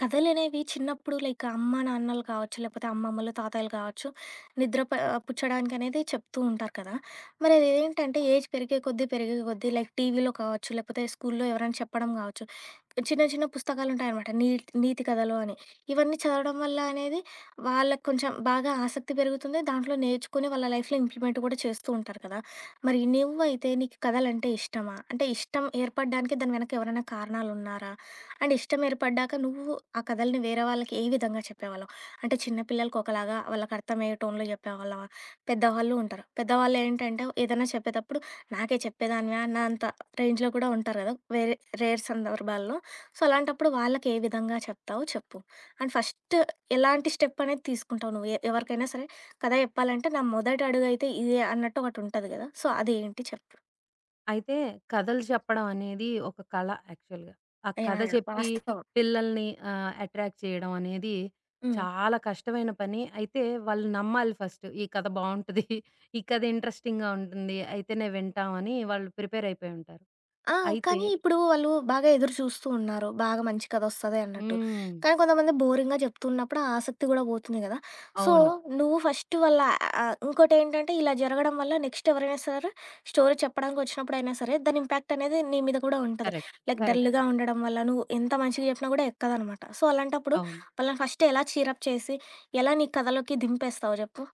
కథలనేవి చిన్నప్పుడు లైక్ అమ్మ, నాన్నలు కావచ్చు, లేకపోతే అమ్మమ్మలు, తాతయ్యలు కావచ్చు, నిద్ర ప పుచ్చడానికనేది చెప్తూ ఉంటారు కదా! మరి అదేంటంటే ఏజ్ పెరిగే కొద్దీ, పెరిగే కొద్దీ లైక్ టీవీలో కావచ్చు, లేకపోతే స్కూల్లో ఎవరైనా చెప్పడం కావచ్చు, చిన్న చిన్న పుస్తకాలుంటాయనమాట. నీతి నీతి కథలు అని. ఇవన్నీ చదవడం వల్ల అనేది వాళ్ళకి కొంచెం బాగా ఆసక్తి పెరుగుతుంది. దాంట్లో నేర్చుకొని వాళ్ళ లైఫ్‌లో ఇంప్లిమెంట్ కూడా చేస్తూ ఉంటారు కదా! మరి నువ్వైతే నీకు కథలంటే ఇష్టమా? అంటే ఇష్టం ఏర్పడడానికి దాని వెనక ఎవరైనా కారణాలున్నారా? అండ్ ఇష్టం ఏర్పడ్డాక నువ్వు ఆ కథల్ని వేరే వాళ్ళకి ఏ విధంగా చెప్పేవాళ్ళవు? అంటే చిన్న పిల్లలకి ఒకలాగా వాళ్ళకి అర్థమయ్యే టోన్‌లో చెప్పేవాళ్ళవా? పెద్దవాళ్ళు ఉంటారు. పెద్దవాళ్ళు ఏంటంటే ఏదైనా చెప్పేటప్పుడు నాకే చెప్పేదానివా అన్నంత రేంజ్‌లో కూడా ఉంటారు కదా! వేరే రేర్ సందర్భాల్లో. సో, అలాంటప్పుడు వాళ్ళకి ఏ విధంగా చెప్తావో చెప్పు. అండ్ ఫస్ట్ ఎలాంటి స్టెప్ అనేది తీసుకుంటావు నువ్వు? ఎవరికైనా సరే కథ చెప్పాలంటే నా మొదటి అడుగైతే ఇదే అన్నట్టు ఒకటుంటది కదా! సో, అది ఏంటి చెప్పు? అయితే కథలు చెప్పడం అనేది ఒక కళ యాక్చువల్‌గా. ఆ కథ యాహ్! యాహ్! చెప్పి వాస్తవం. పిల్లల్ని అట్రాక్ట్ చేయడం అనేది హ్మ్. చాలా కష్టమైన పని. అయితే వాళ్ళు నమ్మాలి ఫస్ట్. ఈ కథ బావుంటది. ఈ కథ ఇంట్రెస్టింగ్‌గా ఉంటుంది. అయితేనే వింటామని వాళ్ళు ప్రిపేర్ అయిపోయి ఉంటారు. ఆ! అయితే కానీ ఇప్పుడు వాళ్ళు బాగా ఎదురు చూస్తూ ఉన్నారు. బాగా మంచి కథ వస్తది అన్నట్టు. హ్మ్. కానీ కొంతమంది బోరింగ్‌గా చెప్తున్నప్పుడు ఆ ఆసక్తి గూడా పోతుంది గదా! సో, అవును. నువ్వు ఫస్ట్ వాళ్ళ ఆహ్, ఇంకోటేంటంటే ఇలా జరగడం వల్ల నెక్స్ట్ ఎవరైనా సరే స్టోరీ చెప్పడానికొచ్చినప్పుడైనా సరే దాని ఇంపాక్ట్ అనేది నీ మీద కూడా ఉంటది. కరెక్ట్. Like correct. డల్‌గా కరెక్ట్. ఉండడం వల్ల నువ్వు ఎంత మంచిగా చెప్పినా గూడా ఎక్కదనమాట. సో, అలాంటప్పుడు అవును. వాళ్ళని ఫస్ట్ ఎలా చీరప్ చేసి ఎలా నీ కథలోకి దింపేస్తావు జెప్పు?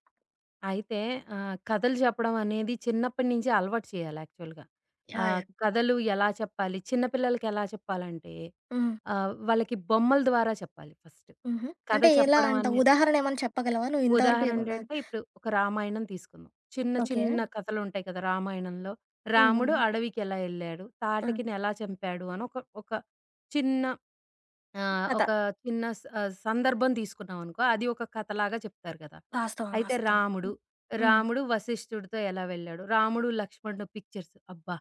అయితే కథలు చెప్పడం అనేది చిన్నప్పటి నుంచే అలవాటు చేయాలి యాక్చువల్‌గా. యాహ్! యాహ్! కథలు ఎలా చెప్పాలి? చిన్న పిల్లలకి ఎలా చెప్పాలంటే హ్మ్. వాళ్ళకి బొమ్మల ద్వారా చెప్పాలి ఫస్ట్. హుహు. కథ అంటే ఎలా చెప్పడం అంటావు? అనే ఉదాహరణ ఏమన్నా చెప్పగలవా? నువ్వు ఇంతవరకు ఉదాహరణ ఏమన్నా ఏంటంటే ఇప్పుడు ఒక రామాయణం తీసుకుందాం. చిన్న ఓకే. చిన్న కథలుంటాయి కదా! రామాయణంలో రాముడు హ్మ్. అడవికెలా ఎళ్ళాడు? హ్మ్. తాటకిని ఎలా చంపాడు? అని ఒక ఒక చిన్న ఆ! ఒక కథ. చిన్న స సందర్భం తీసుకున్నామనుకో, అది ఒక కథలాగా చెప్తారు కదా! వాస్తవం. అయితే వాస్తవం. రాముడు, హ్మ్. రాముడు వశిష్ఠుడితో ఎలా వెళ్ళాడు, రాముడు లక్ష్మణుడు పిక్చర్స్. అబ్బా!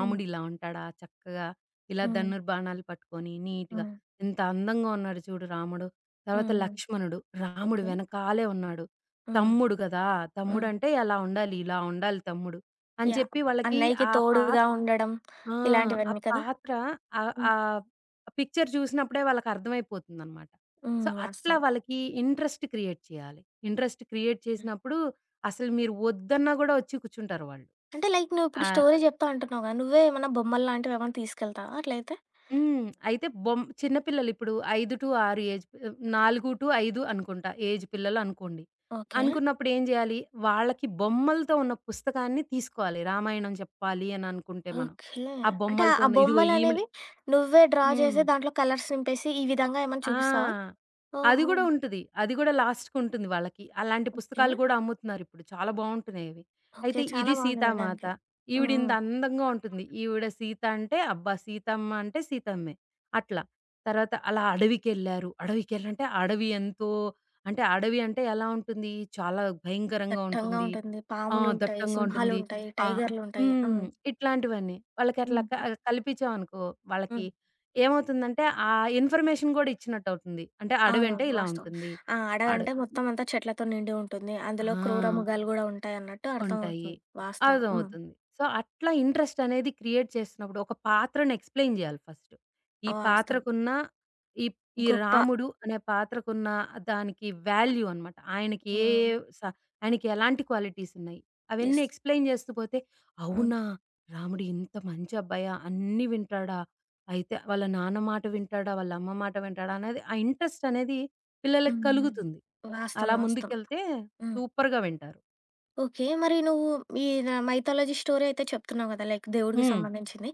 హ్మ్. ఇలా ఉంటాడా చక్కగా, ఇలా హ్మ్. ధనుర్బాణాలు పట్టుకొని నీట్‌గా, హ్మ్. ఎంత అందంగా ఉన్నాడు చూడు రాముడు. తర్వాత హ్మ్. హ్మ్. లక్ష్మణుడు, రాముడు ఓకే. వెనకాలే ఉన్నాడు. హ్మ్. తమ్ముడు కదా! హ్మ్. తమ్ముడంటే అలా ఉండాలి, ఇలా ఉండాలి తమ్ముడు అని యాహ్! చెప్పి వాళ్ళకి అన్నయ్యకి ఆ పా తోడుగా ఉండడం హ్మ్. ఆ! ఆ ఇలాంటివన్నీ కదా! పాత్ర ఆహ్, హ్మ్. ఆహ్, పిక్చర్ చూసినప్పుడే వాళ్ళకర్థమైపోతుందనమాట. సో, హ్మ్. అట్లా వాస్తవం. వాళ్ళకి ఇంట్రెస్ట్ క్రియేట్ చేయాలి. ఇంట్రెస్ట్ క్రియేట్ చేసినప్పుడు అసలు మీరు వద్దన్నా గూడా వచ్చి కూర్చుంటారు వాళ్ళు. అంటే లైక్ నువ్విప్పుడు ఆ! స్టోరీ చెప్తా అంటున్నావు కదా! నువ్వే ఏమన్నా బొమ్మలు లాంటివేమన్నా తీసుకెళ్తావా అట్లయితే? హ్మ్. అయితే చిన్న పిల్లలు ఇప్పుడు 5-6 ఏజ్ 4-5 అనుకుంటా ఏజ్ పిల్లలనుకోండి. ఓకే. అనుకున్నప్పుడు ఏం చేయాలి? వాళ్ళకి బొమ్మలతో ఉన్న పుస్తకాన్ని తీసుకోవాలి. రామాయణం చెప్పాలి అని అనుకుంటే మనం. ఓకే. ఆ అంటే బొమ్మలతో ఆ ఉన్న ఇదిగో ఈవిడ. బొమ్మలనేవి నువ్వే డ్రా హ్మ్. చేసి దాంట్లో కలర్స్ నింపేసి ఈ విధంగా ఏమన్నా చూపిస్తావా? ఆ! అది ఓహో! గూడా ఉంటది. అది గూడా లాస్ట్‌కుంటుంది వాళ్ళకి. అలాంటి ఓకే. పుస్తకాలు గూడా అమ్ముతున్నారిప్పుడు. చాలా బావుంటున్నాయి అవి. ఓకే. అయితే చాలా ఇది బావుంది వినడానికి. 'సీతామాత.' హ్మ్. ఈవిడింత హ్మ్. అందంగా ఉంటుంది. ఈవిడ సీత అంటే, అబ్బా! సీతమ్మ అంటే సీతమ్మే. అట్లా. తర్వాత అలా అడవికెళ్లారు. అడవికెళ్ళంటే అడవి ఎంతో. అంటే అడవి అంటే ఎలా ఉంటుంది? చాలా భయంకరంగా దట్టంగా ఉంటుంది. ఉంటుంది. ఆ! పాములుంటాయి, దట్టంగా ఉంటుంది. సింహాలుంటాయి, ఆ! టైగర్‌లుంటాయి. హ్మ్. హ్మ్. ఇట్లాంటివన్నీ. వాళ్ళకట్లా హ్మ్. కల్పించామనుకో వాళ్ళకి హ్మ్. ఏమవుతుందంటే, ఆ ఇన్ఫర్మేషన్ గూడా ఇచ్చినట్టవుతుంది. అంటే అడవంటే అవునవును. ఇలా వాస్తవం. ఉంటుంది. ఆ! అడ అడవంటే మొత్తం అంతా చెట్లతో నిండి ఉంటుంది. అందులో క్రూర హ్మ్. ఆ! మృగాలు గూడా ఉంటాయన్నట్టు ఉంటాయి. అర్థమవుతుంది. వాస్తవం. హ్మ్. అర్థమవుతుంది. సో, అట్లా ఇంట్రెస్ట్ అనేది క్రియేట్ చేసినప్పుడు ఒక పాత్రను ఎక్స్‌ప్లెయిన్ జేయాలి ఫస్ట్. ఈ ఆ! వాస్తవం. పాత్రకున్న ఈ ఈ గొప్ప రాముడు అనే పాత్రకున్న దానికి వాల్యూ అన్నమాట. ఆయనకి ఏ హ్మ్. ఏ స ఆయనకి ఎలాంటి క్వాలిటీస్ ఉన్నాయి. అవన్నీ యెస్. ఎక్స్‌ప్లెయిన్ చేస్తూ పోతే, హ్మ్. అవునా! రాముడు ఇంత మంచి అబ్బాయా! అన్నీ వింటాడా! అయితే వాళ్ళ నాన్న మాట వింటాడా! వాళ్ళ అమ్మ మాట వింటాడా! అనేది ఆ ఇంట్రెస్ట్ అనేది పిల్లలకి హ్మ్. హ్మ్. కలుగుతుంది. అలా వాస్తవం. వాస్తవం. ముందుకెళ్తే హ్మ్. సూపర్‌గా వింటారు. ఓకే. మరి నువ్వు ఈ న మైథాలజీ స్టోరీ అయితే చెప్తున్నావు గదా! లైక్ దేవుడికి హ్మ్. సంబంధించింది.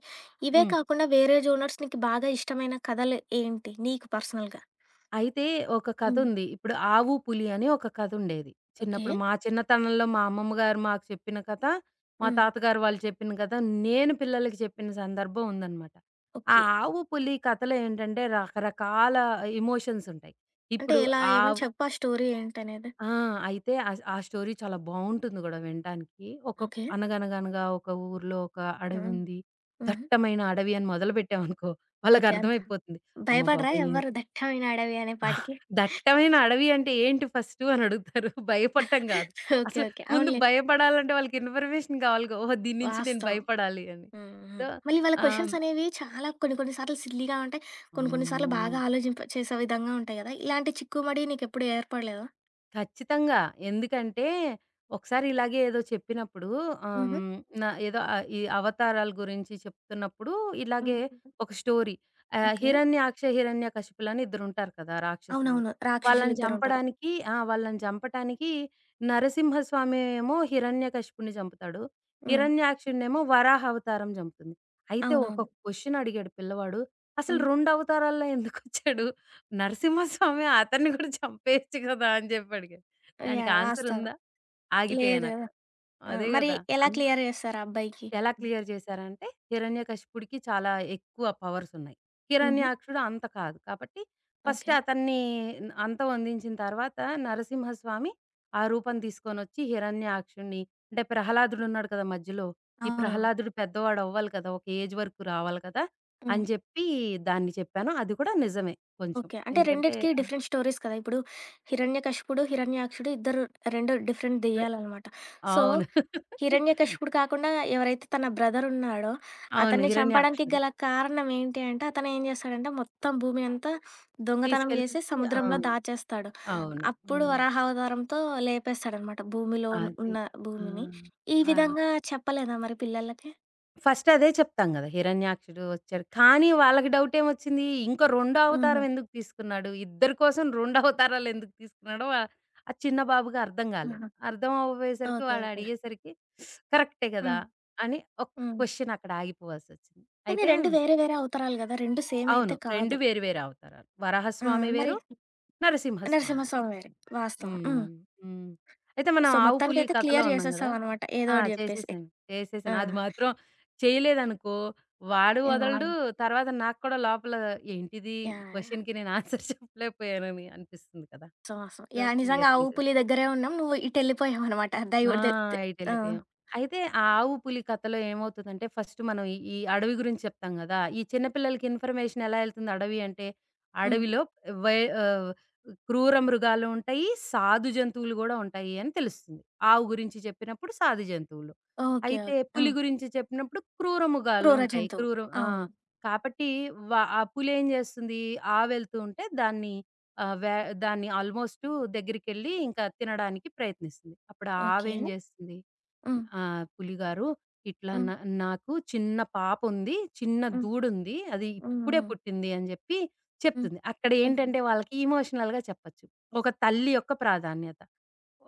ఇవే హ్మ్. కాకుండా వేరే జోనర్స్ నీకు బాగా ఇష్టమైన కథలు ఏంటి? నీకు పర్సనల్‌గా? అయితే ఒక హ్మ్. కథుంది. ఇప్పుడు 'ఆవు పులి' అని ఒక కథుండేది. ఓకే. చిన్నప్పుడు మా చిన్నతనంలో మా అమ్మమ్మ గారు మాకు చెప్పిన కథ, మా హ్మ్. తాతగారు వాళ్ళు చెప్పిన కథ, నేను పిల్లలకి చెప్పిన సందర్భం ఉందనమాట. ఆ ఓకే. 'ఆవు పులి' కథలో ఏంటంటే రకరకాల ఎమోషన్స్ ఉంటాయి. అంటే ఇప్పుడు ఎలా? ఆవ్ ఏమన్నా చెప్పు ఆ స్టోరీ ఏంటనేది? ఆ! అయితే ఆ ఆ స్టోరీ చాలా బావుంటుంది గూడా వినటానికి. ఓకే. అనగనగనగా ఒక ఊర్లో ఒక హ్మ్. అడవుంది. హుహు. దట్టమైన అడవి అని మొదలుపెట్టామనుకో ఓకే. అంతా వాళ్ళకర్థమైపోతుంది. అమ్మ భయపడరా బాబోయ్! ఎవ్వరు 'దట్టమైన అడవి' అనే పాటికి? దట్టమైన అడవి అంటే ఏంటి ఫస్టు అని అడుగుతారు. భయపడటం గాదు. ఓకే. అసలు ఓకే. ముందు అవునులే. భయపడాలంటే వాళ్ళకి ఇన్ఫర్మేషన్ కావాలిగా. ఓహో! దీని నుంచి నేను వాస్తవం. భయపడాలి అని. హ్మ్. సో హ్మ్. మళ్ళీ వాళ్ళ ఆహ్, క్వెషన్స్ అనేవి చాలా కొన్ని కొన్ని సార్లు సిల్లీగా ఉంటాయి. కొన్ని కొన్ని సార్లు అమ్మో! బాగా ఆలోచింప చేసే విధంగా ఉంటాయి గదా! ఇలాంటి చిక్కుమడి నీకెప్పుడు ఏర్పడలేదా? ఖచ్చితంగా. ఎందుకంటే, ఒకసారి ఇలాగే ఏదో చెప్పినప్పుడు ఆహ్, హుహు. హ్మ్, నా ఏదో ఈ అవతారాల గురించి చెప్తున్నప్పుడు ఇలాగే హ్మ్. ఒక స్టోరీ. ఓకే. హిరణ్యాక్ష, హిరణ్యకశిపులని ఇద్దరుంటారు కదా! రాక్షసులు. అవునవును. వాళ్ళని రాక్షసులిద్దరుంటారు. చంపడానికి ఆ! వాళ్ళని చంపటానికి నరసింహస్వామి ఏమో హిరణ్యకశిపుడిని చంపుతాడు. హ్మ్. హిరణ్యాక్షుడినేమో వరాహ అవతారం చంపుతుంది. అయితే ఒక అవునవును. క్వెషన్ అడిగాడు పిల్లవాడు. అసలు హ్మ్. 2 అవతారాల్లో ఎందుకొచ్చాడు? నరసింహస్వామి అతన్ని కూడా చంపేయొచ్చు కదా! అని జెప్పి అడిగాను. దానికి యాహ్! వాస్తవం. ఆన్సరుందా? లేదు గదా! ఆగిపోయానక్కడ. ఆ! అదే మరి గదా! ఎలా అన్ క్లియర్ చేస్తారు ఆ అబ్బాయికి? ఎలా క్లియర్ చేశారంటే హిరణ్యకశిపుడికి చాలా ఎక్కువ పవర్స్ ఉన్నాయి. హుహు. హిరణ్యాక్షుడు అంత కాదు. కాబట్టి ఫస్ట్ ఓకే. అతన్ని అంత వందించిన తర్వాత నరసింహస్వామి ఆ రూపం తీసుకొనొచ్చి హిరణ్యాక్షుడిని అంటే ప్రహ్లాదుడు ఉన్నాడు కదా! మధ్యలో. ఈ అవునవును. ప్రహ్లాదుడు పెద్దవాడు అవ్వాలి కదా! ఒక ఏజ్ వరకు రావాలి కదా! హ్మ్. అని చెప్పి దాన్ని చెప్పాను. అది కూడా నిజమే కొంచెం. ఓకే. అంటే ఎందుకంటే రెండిటికి ఆహ్, డిఫరెంట్ స్టోరీస్ కదా! ఇప్పుడు 'హిరణ్యకశిపుడు', 'హిరణ్యాక్షుడు' ఇద్దరు 2 డిఫరెంట్ ప్రే దెయ్యాలనమాట. సో, అవును. హిరణ్యకశిపుడు కాకుండా ఎవరైతే తన బ్రదర్ ఉన్నాడో, అవును. అతన్ని చంపడానికి హిరణ్యాక్షుడు గల కారణం ఏంటి అంటే, అతను ఏం చేస్తాడంటే మొత్తం భూమి అంతా దొంగతనం తీసుకెళ్ళి చేసి ఆ! సముద్రంలో దాచేస్తాడు. అవును. అప్పుడు హ్మ్. వరాహ అవతారంతో లేపేస్తాడనమాట భూమిలో ఉన్న అది. ఉన్న ఆ! భూమిని. ఈ ఆ! విధంగా చెప్పలేదా మరి పిల్లలకి? ఫస్ట్ అదే చెప్తాం గదా! హిరణ్యాక్షుడు వచ్చాడు. కానీ వాళ్ళకి డౌట్ ఏమొచ్చింది? ఇంకో రెండో అవతారం హుహు. ఎందుకు తీసుకున్నాడు? ఇద్దరి కోసం 2 అవతారాలు ఎందుకు తీసుకున్నాడో ఆ చిన్న బాబుకి అర్థం గాలేదు. ఆహా! అర్థం అవ్వబోయేసరికి ఓకే. వాడు ఓకే. అడిగేసరికి కరెక్టే గదా! హ్మ్. అని ఒక్క హ్మ్. క్వెషన్ అక్కడ ఆగిపోవాల్సొచ్చింది. కానీ అయితే 2 వేరే వేరే అవతారాలు గదా! 2 సేమ్ అవును. అయితే 2 కాదు. వేరు వేరు అవతారాలు. ఆ! వరాహస్వామి మరి వేరు నరసింహస్వామివి. నరసింహస్వామి వేరే. వాస్తవం. హ్మ్. హ్మ్. హ్మ్. అయితే మనం సో, ఆవు పులి మొత్తానికైతే కథలో క్లియర్ ఉన్నాం గదా! చేసేసావనమాట. ఏదో ఆ! ఒకటి జెప్పేసి. చేసేసాను. ఆ! చేసేసాను. అది మాత్రం చేయలేదనుకో వాడు హ్మ్. వదలడు. యాహ్! తర్వాత నాకు కూడా లోపల ఏంటిది? ఈ యాహ్! క్వెషన్‌కి నేను ఆన్సర్ చెప్పలేకపోయానని అనిపిస్తుంది కదా! So, so so, yeah! నిజంగా క్లియర్ ఆవు, చేసేసాను. పులి దగ్గరే ఉన్నాం. నువ్వు ఇటెళ్ళిపోయావనమాట. ఆ! దైవ దె దె ఆ! ఎటెళ్ళిపోయాం. అయితే ఆ ఆవు పులి కథలో ఏమవుతదంటే ఫస్ట్ మనం ఈ ఈ అడవి గురించి చెప్తాం గదా! ఈ చిన్న పిల్లలకి ఇన్ఫర్మేషన్ ఎలా ఎళ్తుంది అడవి అంటే, హ్మ్. అడవిలో వై ఆహ్, క్రూర మృగాలు ఉంటాయి, సాధు జంతువులు గూడా ఉంటాయి అని తెలుస్తుంది. ఆవు గురించి చెప్పినప్పుడు సాధు జంతువులు. ఓకే. అయితే ఓకే. ఆ! పులి గురించి చెప్పినప్పుడు క్రూర మృగాలు క్రూర ఉంటాయి. జంతువు. క్రూర ఆ! అవును. కాబట్టి ఆ పులేం జేస్తుంది ఆవెళ్తూ ఉంటే దాన్ని ఆహ్, వే దాన్ని ఆల్‌మోస్టు దగ్గరికెళ్ళి ఇంకా తినడానికి ప్రయత్నిస్తుంది. అప్పుడు ఓకే. ఆవేం జేస్తుంది, హ్మ్. పులిగారు ఇట్లా హ్మ్. నాకు చిన్న పాపుంది, చిన్న హ్మ్. దూడుంది. అది హ్మ్. ఇప్పుడే హ్మ్. పుట్టింది" అని జెప్పి హ్మ్. చెప్తుంది. అక్కడ హ్మ్. ఏంటంటే వాళ్ళకి ఎమోషనల్‌గా చెప్పొచ్చు. ఒక తల్లి యొక్క ప్రాధాన్యత.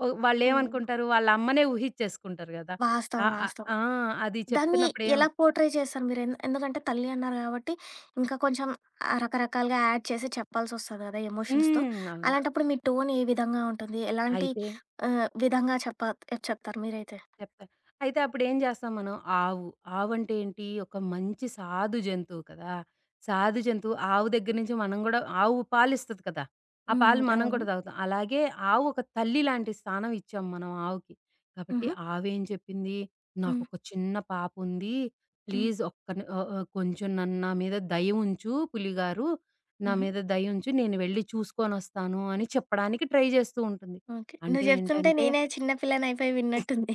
ఓ ఓహ్! వాళ్ళేమనుకుంటారు, వాళ్ళ అమ్మనే ఊహిచ్చేసుకుంటారు గదా! ఆ! వాస్తవం. ఆ! వాస్తవం. ఆ! అది దాన్ని చెప్తున్నప్పుడేం. ఎలా పోర్ట్రే చేశారు మీరు? ఎందుకంటే తల్లి అన్నారు కాబట్టి, ఇంకా కొంచెం ఆహ్, రకరకాలుగా యాడ్ చేసి చెప్పాల్సొస్తది గదా! ఎమోషన్స్‌తో. హ్మ్. అవును. అలాంటప్పుడు మీ టోన్ ఏ విధంగా ఉంటుంది? ఎలాంటి అయితే ఆహ్, విధంగా చెప్తారు మీరైతే? చెప్తా. అయితే అప్పుడేం జేస్తాం మనం? ఆవు. ఆవంటే ఏంటి? ఒక మంచి సాధు జంతువు కదా! సాధు జంతువు ఆవు దగ్గర నుంచి మనం గూడా ఆవు పాలిస్తది కదా! ఆ హ్మ్. పాలు మనం అవును. కూడా తాగుతాం. అలాగే ఆవు ఒక తల్లి లాంటి స్థానం ఇచ్చాం మనం ఆవుకి. కాబట్టి హుహు. ఆవేం చెప్పింది? హ్మ్. నాకొక చిన్న పాపుంది. హ్మ్. ప్లీజ్ ఒక్క ని ఆహ్, ఆహ్, కొంచెం నన్ను నా మీద దయ ఉంచు పులిగారు. నా హుహు. మీద దయ ఉంచు. నేను వెళ్లి చూసుకొనొస్తాను అని చెప్పడానికి ట్రై జేస్తూ ఉంటుంది. ఓకే. నువ్వు అంటే జెప్తుంటే ఏంటంటే నేనే చిన్న పిల్లనయిపోయి విన్నట్టుంది.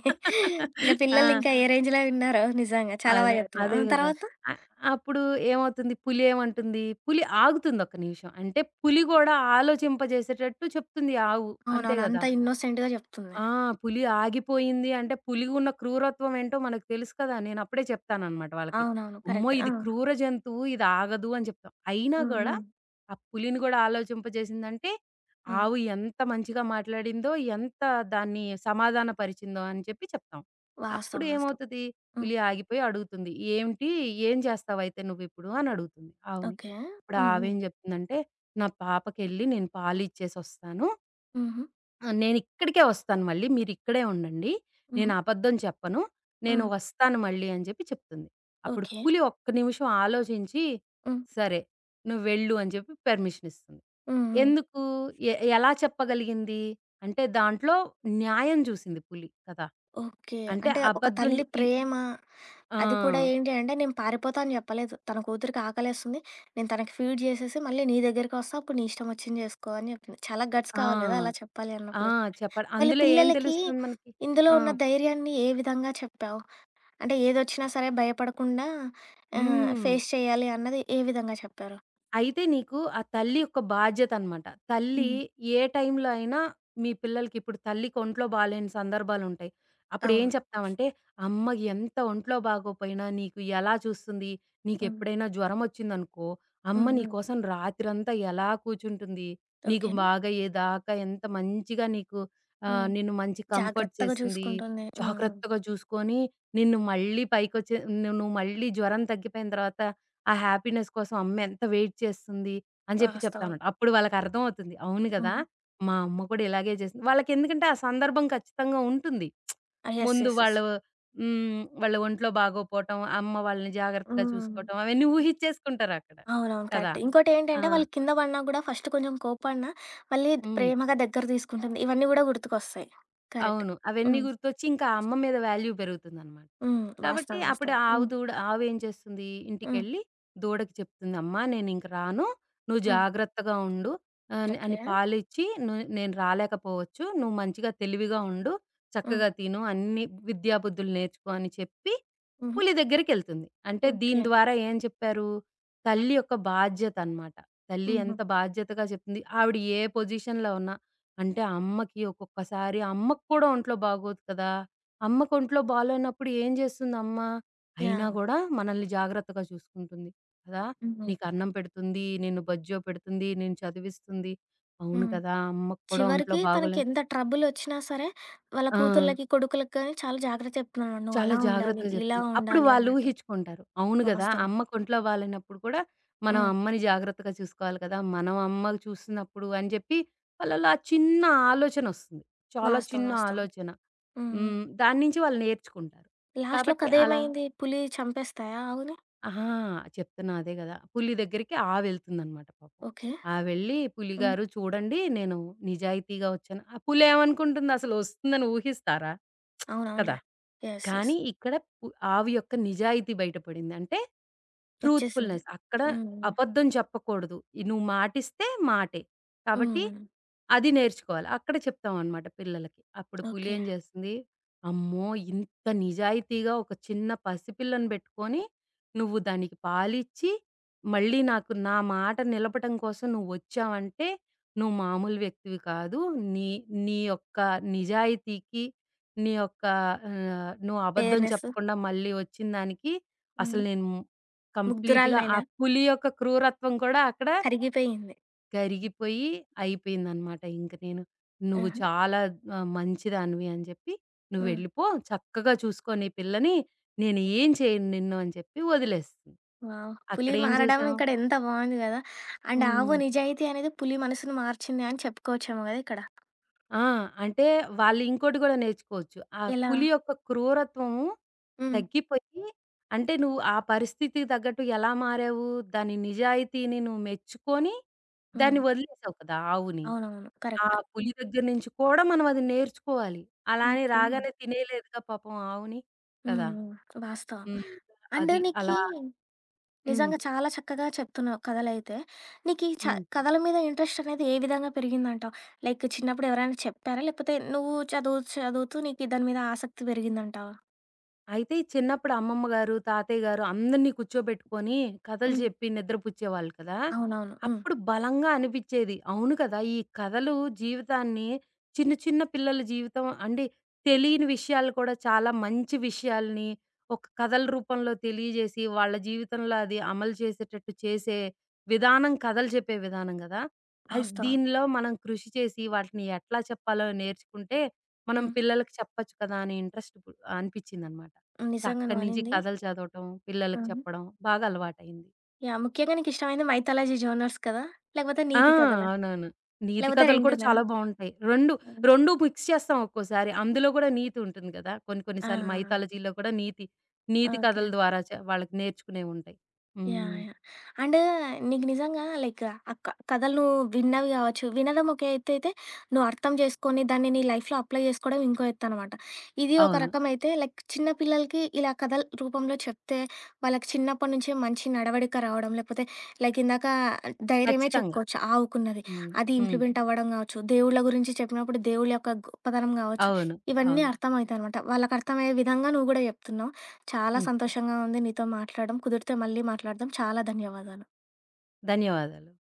ఇంక పిల్లలు ఆ! ఇంకా ఏ రేంజ్‌లో విన్నారో నిజంగా. చాలా బా అదే. జెప్తున్నావు. అదే ఆ! గదా! తర్వాత? అ అప్పుడు ఏమవుతుంది పులి ఏమంటుంది? పులి ఆగుతుంది ఒక్క నిమిషం. అంటే పులి గూడా ఆలోచింపజేసేటట్టు చెప్తుంది ఆవు. అంతే అవునవును. గదా! అంత ఇన్నోసెంట్‌గా జెప్తుంది. ఆ! పులి ఆగిపోయింది అంటే, పులికి ఉన్న క్రూరత్వం ఏంటో మనకు తెలుసు కదా! నేనప్పుడే చెప్తాననమాట వాళ్ళకి. అవునవును. అమ్మో! కరెక్ట్. ఆ! ఇది క్రూర జంతువు, ఇది ఆగదు అని చెప్తాం. అయినా హ్మ్. గూడా, హ్మ్. ఆ పులిని గూడా ఆలోచింపజేసిందంటే, హ్మ్. ఆవు ఎంత మంచిగా మాట్లాడిందో, ఎంత దాన్ని సమాధానపరిచిందో అని చెప్పి చెప్తాం. అప్పుడు వాస్తవం. వాస్తవం. ఏమవుతది, హ్మ్. పులి ఆగిపోయి అడుగుతుంది. "ఏంటి? ఏం చేస్తావైతే నువ్విప్పుడు?" అని అడుగుతుంది ఆవుని. ఓకే. అప్పుడు హ్మ్. హ్మ్. ఆవేం చెప్తుందంటే, "నా పాపకెళ్ళి నేను పాలిచ్చేసొస్తాను. హుహు. ఆ! నేనిక్కడికే వస్తాను మళ్ళీ. మీరిక్కడే ఉండండి. నేను హుహు. అబద్ధం చెప్పను. నేను హ్మ్. వస్తాను మళ్ళీ అని చెప్పి చెప్తుంది. అప్పుడు ఓకే. పులి ఒక్క నిమిషం ఆలోచించి, హ్మ్. సరే నువ్వు వెళ్ళు అని చెప్పి పర్మిషన్ ఇస్తుంది. హ్మ్. హ్మ్. ఎందుకు? ఎలా చెప్పగలిగింది? అంటే దాంట్లో న్యాయం చూసింది పులి కదా! ఓకే. అంటే అంటే ఒక అబద్ధం జె తల్లి ఇ ప్రేమ అది కూడా ఆ! ఏంటి అంటే నేను పారిపోతా అని చెప్పలేదు. తన కూతురికి ఆకలేస్తుంది. నేను తనకి ఫీడ్ చేసేసి మళ్ళీ నీ దగ్గరికొస్తా. అప్పుడు నీ ఇష్టం వచ్చింది చేసుకో అని చెప్పింది. చాలా గట్స్ ఆ! కావాలి కదా! అలా చెప్పాలి ఆ! అన్నప్పుడు. చెప్ప మళ్ళీ అందులో ఏం పిల్లలకి తెలుస్తుంది మనకి? ఇందులో ఆ! ఉన్న ధైర్యాన్ని ఏ విధంగా చెప్పావు? అంటే ఏదొచ్చినా సరే భయపడకుండా ఆహ్, హ్మ్. ఫేస్ చేయాలి అన్నది ఏ విధంగా చెప్పారు? అయితే నీకు ఆ తల్లి యొక్క బాధ్యతనమాట. తల్లి హ్మ్. ఏ టైంలో అయినా మీ పిల్లలకి ఇప్పుడు తల్లికి ఒంట్లో బాలేని సందర్భాలుంటాయి. అప్పుడేం అవును. చెప్తామంటే, "అమ్మ ఎంత ఒంట్లో బాగోపోయినా నీకు ఎలా చూస్తుంది? హ్మ్. నీకెప్పుడైనా జ్వరమొచ్చిందనుకో, అమ్మ హ్మ్. నీ హ్మ్. కోసం రాత్రంతా ఎలా కూర్చుంటుంది? నీకు ఓకే. బాగయ్యేదాకా ఎంత మంచిగా నీకు హ్మ్. నిన్ను మంచి కంఫర్ట్ జాగ్రత్తగా చేస్తుంది. చూసుకుంటుంది. హ్మ్. జాగ్రత్తగా చూసుకొని నిన్ను మళ్ళీ పైకొచ్చే నువ్వు మళ్ళీ జ్వరం తగ్గిపోయిన తర్వాత ఆ హ్యాపీనెస్ కోసం అమ్మ ఎంత వెయిట్ చేస్తుంది అని చెప్పి చెప్తాను. వాస్తవం. అప్పుడు వాళ్ళకర్థం అవుతుంది. అవును గదా! హుహు. మా అమ్మ కూడా ఇలాగే చేసింది. వాళ్ళకెందుకంటే ఆ సందర్భం ఖచ్చితంగా ఉంటుంది. ఆ! యెస్. ముందు యెస్. యెస్. వాళ్ళు హ్మ్. వాళ్ళ ఒంట్లో బాగోపోవటం, అమ్మ వాళ్ళని జాగ్రత్తగా హ్మ్. చూసుకోవటం అవన్నీ ఊహిచ్చేసుకుంటారక్కడ. అవునవును. కదా! కరెక్ట్. ఆ! ఇంకోటేంటంటే వాళ్ళు కింద పడినా గూడా ఫస్ట్ కొంచెం కోప్పడినా మళ్ళీ హ్మ్. ప్రేమగా దగ్గర తీసుకుంటుంది. ఇవన్నీ గూడా గుర్తుకొస్తాయి. కరెక్ట్. అవును. అవన్నీ హ్మ్. గుర్తొచ్చి ఇంకా ఆ అమ్మ మీద వాల్యూ పెరుగుతుందనమాట. హ్మ్. కాబట్టి వాస్తవం. అప్పుడు వాస్తవం. ఆవు హ్మ్. దూడ ఆవేం చేస్తుంది హ్మ్. ఇంటికెళ్ళి దూడకి చెప్తుంది, "అమ్మా నేనింక రాను. నువ్వు హ్మ్. జాగ్రత్తగా ఉండు" అని ఓకే. పాలిచ్చి ను "నేను రాలేకపోవచ్చు. నువ్వు మంచిగా తెలివిగా ఉండు. హ్మ్. చక్కగా తిను. అన్ని విద్యా బుద్ధులు నేర్చుకో" అని చెప్పి హుహు. పులి దగ్గరికెళ్తుంది. అంటే దీని ఓకే. ద్వారా ఏం చెప్పారు? తల్లి యొక్క బాధ్యత అనమాట. తల్లి హుహు. ఎంత బాధ్యతగా చెప్తుంది. ఆవిడ ఏ పొజిషన్‌లో ఉన్నా అంటే ఆ అమ్మకి ఒక్కొక్కసారి అమ్మకి కూడా ఒంట్లో బాగోదు కదా! అమ్మకు ఒంట్లో బాలేనప్పుడు ఏం చేస్తుంది అమ్మ? అయినా యాహ్! గూడా మనల్ని జాగ్రత్తగా చూసుకుంటుంది కదా! హుహు. నీకు అన్నం పెడుతుంది, నిన్ను బజ్జో పెడుతుంది, నిన్ను చదివిస్తుంది. అవును హ్మ్. కదా! అమ్మకు కూడా ఒంట్లో చివరికి బాగోలే. తనకెంత ట్రబులొచ్చినా సరే, వాళ్ళ ఆ! కూతుర్లకి, కొడుకులకి గాని చాలా జాగ్రత్త చెప్తున్నాడు. "నువ్వు చాలా అలా ఉండాలి, జాగ్రత్తగా అవునవును. ఇలా చెప్తుంది. అప్పుడు ఉండాలి" వాళ్ళు అన్నట్టు. ఊహించుకుంటారు. అవును గదా! వాస్తవం. అమ్మ కొంట్లో బాలేనప్పుడు కూడా మనం హ్మ్. అమ్మని జాగ్రత్తగా చూసుకోవాలి కదా! మనం అమ్మ చూస్తున్నప్పుడు అని జెప్పి వాళ్ళలో ఆ చిన్న ఆలోచనొస్తుంది. చాలా వాస్తవం. చిన్న వాస్తవం. ఆలోచన. హ్మ్. హ్మ్. హ్మ్. దాని నుంచి వాళ్ళు నేర్చుకుంటారు. లాస్ట్‌లో కాబట్టి అలా కథేమైంది? పులి చంపేస్తాయా ఆవుని? ఆ! చెప్తున్నా అదే గదా! పులి దగ్గరికి ఆవెళ్తుందనమాట పాపం. ఓకే. ఆవెళ్ళి హ్మ్. పులిగారు చూడండి నేను నిజాయితీగా వచ్చాను. ఆ పులేమనుకుంటుంది అసలు వస్తుందని ఊహిస్తారా? కదా! అవునవునులే. యెస్. యెస్. కానీ ఇక్కడ పు ఆవి యొక్క నిజాయితీ బయటపడింది. అంటే వచ్చేసింది. ట్రూత్‌ఫుల్‌నెస్. అక్కడ హ్మ్. హ్మ్. అబద్ధం చెప్పకూడదు. నువ్వు మాటిస్తే మాటే. హ్మ్. కాబట్టి హ్మ్. అది నేర్చుకోవాలి. అక్కడ చెప్తామనమాట పిల్లలకి. అప్పుడు పులి ఓకే. ఏం చేస్తుంది, అమ్మో! ఇంత నిజాయితీగా ఒక చిన్న పసిపిల్లని పెట్టుకొని, నువ్వు దానికి పాలిచ్చి, మళ్ళీ నాకు నా మాట నిలపటం కోసం నువ్వొచ్చావంటే, నువ్వు మామూలు వ్యక్తివి కాదు. నీ నీ యొక్క నిజాయితీకి నీ యొక్క నువ్వు అబద్ధం టేర్‌నెస్. చెప్పకుండా మళ్ళీ వచ్చిన దానికి అసలు హ్మ్. నేను కంప్లీట్‌గా ఆ ముగ్ధురాలినైనా పులి యొక్క క్రూరత్వం కూడా అక్కడ కరిగిపోయింది. కరిగిపోయి అయిపోయిందనమాట. ఇంక నువ్వు ఆహా! చాలా మంచిదానివి అని చెప్పి "నువ్వు హ్మ్. వెళ్ళిపో. చక్కగా చూసుకో నీ పిల్లని. నేను ఏం చేయను నిన్ను" అని చెప్పి వదిలేస్తుంది. వావ్! పులి అక్కడేం మారడం చూసాం. ఇక్కడ ఎంత బావుంది గదా! అండ్ ఆవు హ్మ్. నిజాయితీ అనేది పులి మనసును మార్చింది అని చెప్పుకోవచ్చేమో గదా ఇక్కడ. ఆ! అంటే వాళ్ళు ఇంకోటి గూడా నేర్చుకోవచ్చు. ఆ ఎలా? పులి యొక్క క్రూరత్వము హ్మ్. తగ్గిపోయి అంటే నువ్వు ఆ పరిస్థితికి తగ్గట్టు ఎలా మారావు? దాని నిజాయితీని నువ్వు మెచ్చుకొని హ్మ్. దాన్ని వదిలేసావు కదా! ఆవుని. అవునవును. ఆ కరెక్ట్. పులి దగ్గర నుంచి కూడా మనం అది నేర్చుకోవాలి. అలా అని ఓకే. హ్మ్. రాగానే తినేయలేదుగా పాపం ఆవుని కదా! హ్మ్. వాస్తవం. హ్మ్. అండ్ అది నీకీ అలా. హ్మ్. నిజంగా చాలా చక్కగా చెప్తున్నావు కథలైతే. నీకీ చ హ్మ్. కథల మీద ఇంట్రెస్ట్ అనేది ఏ విధంగా పెరిగిందంటావు? లైక్ చిన్నప్పుడు ఎవరైనా చెప్పారా? లేకపోతే నువ్వు చదువు చదువుతూ నీకు దాని మీద ఆసక్తి పెరిగిందంటావా? అయితే ఈ చిన్నప్పుడు అమ్మమ్మ గారు, తాతయ్య గారు అందరిని కూర్చోబెట్టుకొని కథలు హ్మ్. చెప్పి నిద్రపుచ్చేవాళ్ళు కదా! అవునవును. హ్మ్. అప్పుడు బలంగా అనిపిచ్చేది. అవును కదా! ఈ కథలు జీవితాన్ని చిన్న చిన్న పిల్లల జీవితం అంటే తెలియని విషయాలు కూడా చాలా మంచి విషయాల్ని ఒక కథల రూపంలో తెలియజేసి వాళ్ళ జీవితంలో అది అమలు చేసేటట్టు చేసే విధానం కథలు చెప్పే విధానం గదా! అది వాస్తవం. దీనిలో మనం కృషి చేసి వాటిని ఎట్లా చెప్పాలో నేర్చుకుంటే మనం హ్మ్. పిల్లలకి చెప్పచ్చు కదా! అనే ఇంట్రెస్ట్ ఇప్పుడు అనిపిచ్చిందనమాట. నిజంగా అక్కడి నుంచి నువ్వనింది. కథలు చదవటం, పిల్లలకి హ్మ్. చెప్పడం బాగా అలవాటయింది. యాహ్! ముఖ్యంగా నీకిష్టమైనది మైథాలజీ జోనర్స్ కదా! లేకపోతే ఆ! నీతి కథలా? అవునవును. నీతి లేకపోతే కథలు కూడా రెండునా? చాలా బావుంటాయి. 2, ఆ! 2 మిక్స్ చేస్తాం ఒక్కోసారి. అందులో కూడా నీతి ఉంటుంది కదా! కొన్ని కొన్ని ఆ! సార్లు మైథాలజీలో కూడా నీతి, నీతి ఓకే. కథల ద్వారా వాళ్ళకి నేర్చుకునేవుంటాయి. యాహ్! హ్మ్. యాహ్! అండ్ నీకు నిజంగా లైక్ ఆ క కథలు నువ్వు విన్నవి కావచ్చు. వినడం ఒక ఎత్తు అయితే, నువ్వు అర్థం చేసుకొని దాన్ని నీ లైఫ్‌లో అప్లై చేసుకోవడం ఇంకో ఎత్తనమాట. ఇది ఒక అవును. రకమైతే లైక్ చిన్న పిల్లలకి ఇలా కథల రూపంలో చెప్తే, వాళ్ళకి చిన్నప్పటి నుంచే మంచి నడవడిక రావడం, లేకపోతే లైక్ ఇందాక ధైర్యమే ఖచ్చితంగా. చెప్పుకోవచ్చు ఆవుకున్నది. హ్మ్. అది హ్మ్. ఇంప్లిమెంట్ అవ్వడం కావచ్చు, దేవుళ్ళ గురించి చెప్పినప్పుడు దేవుళ్ళ యొక్క గొప్పతనం కావచ్చు, అవును. ఇవన్నీ అవును. అర్థమవుతాయనమాట. వాళ్ళకి అర్థమయ్యే విధంగా నువ్వు కూడా చెప్తున్నావు. చాలా హ్మ్. సంతోషంగా ఉంది నీతో మాట్లాడడం. కుదిరితే మళ్ళీ మాట్లాడదాం. చాలా ధన్యవాదాలు. ధన్యవాదాలు.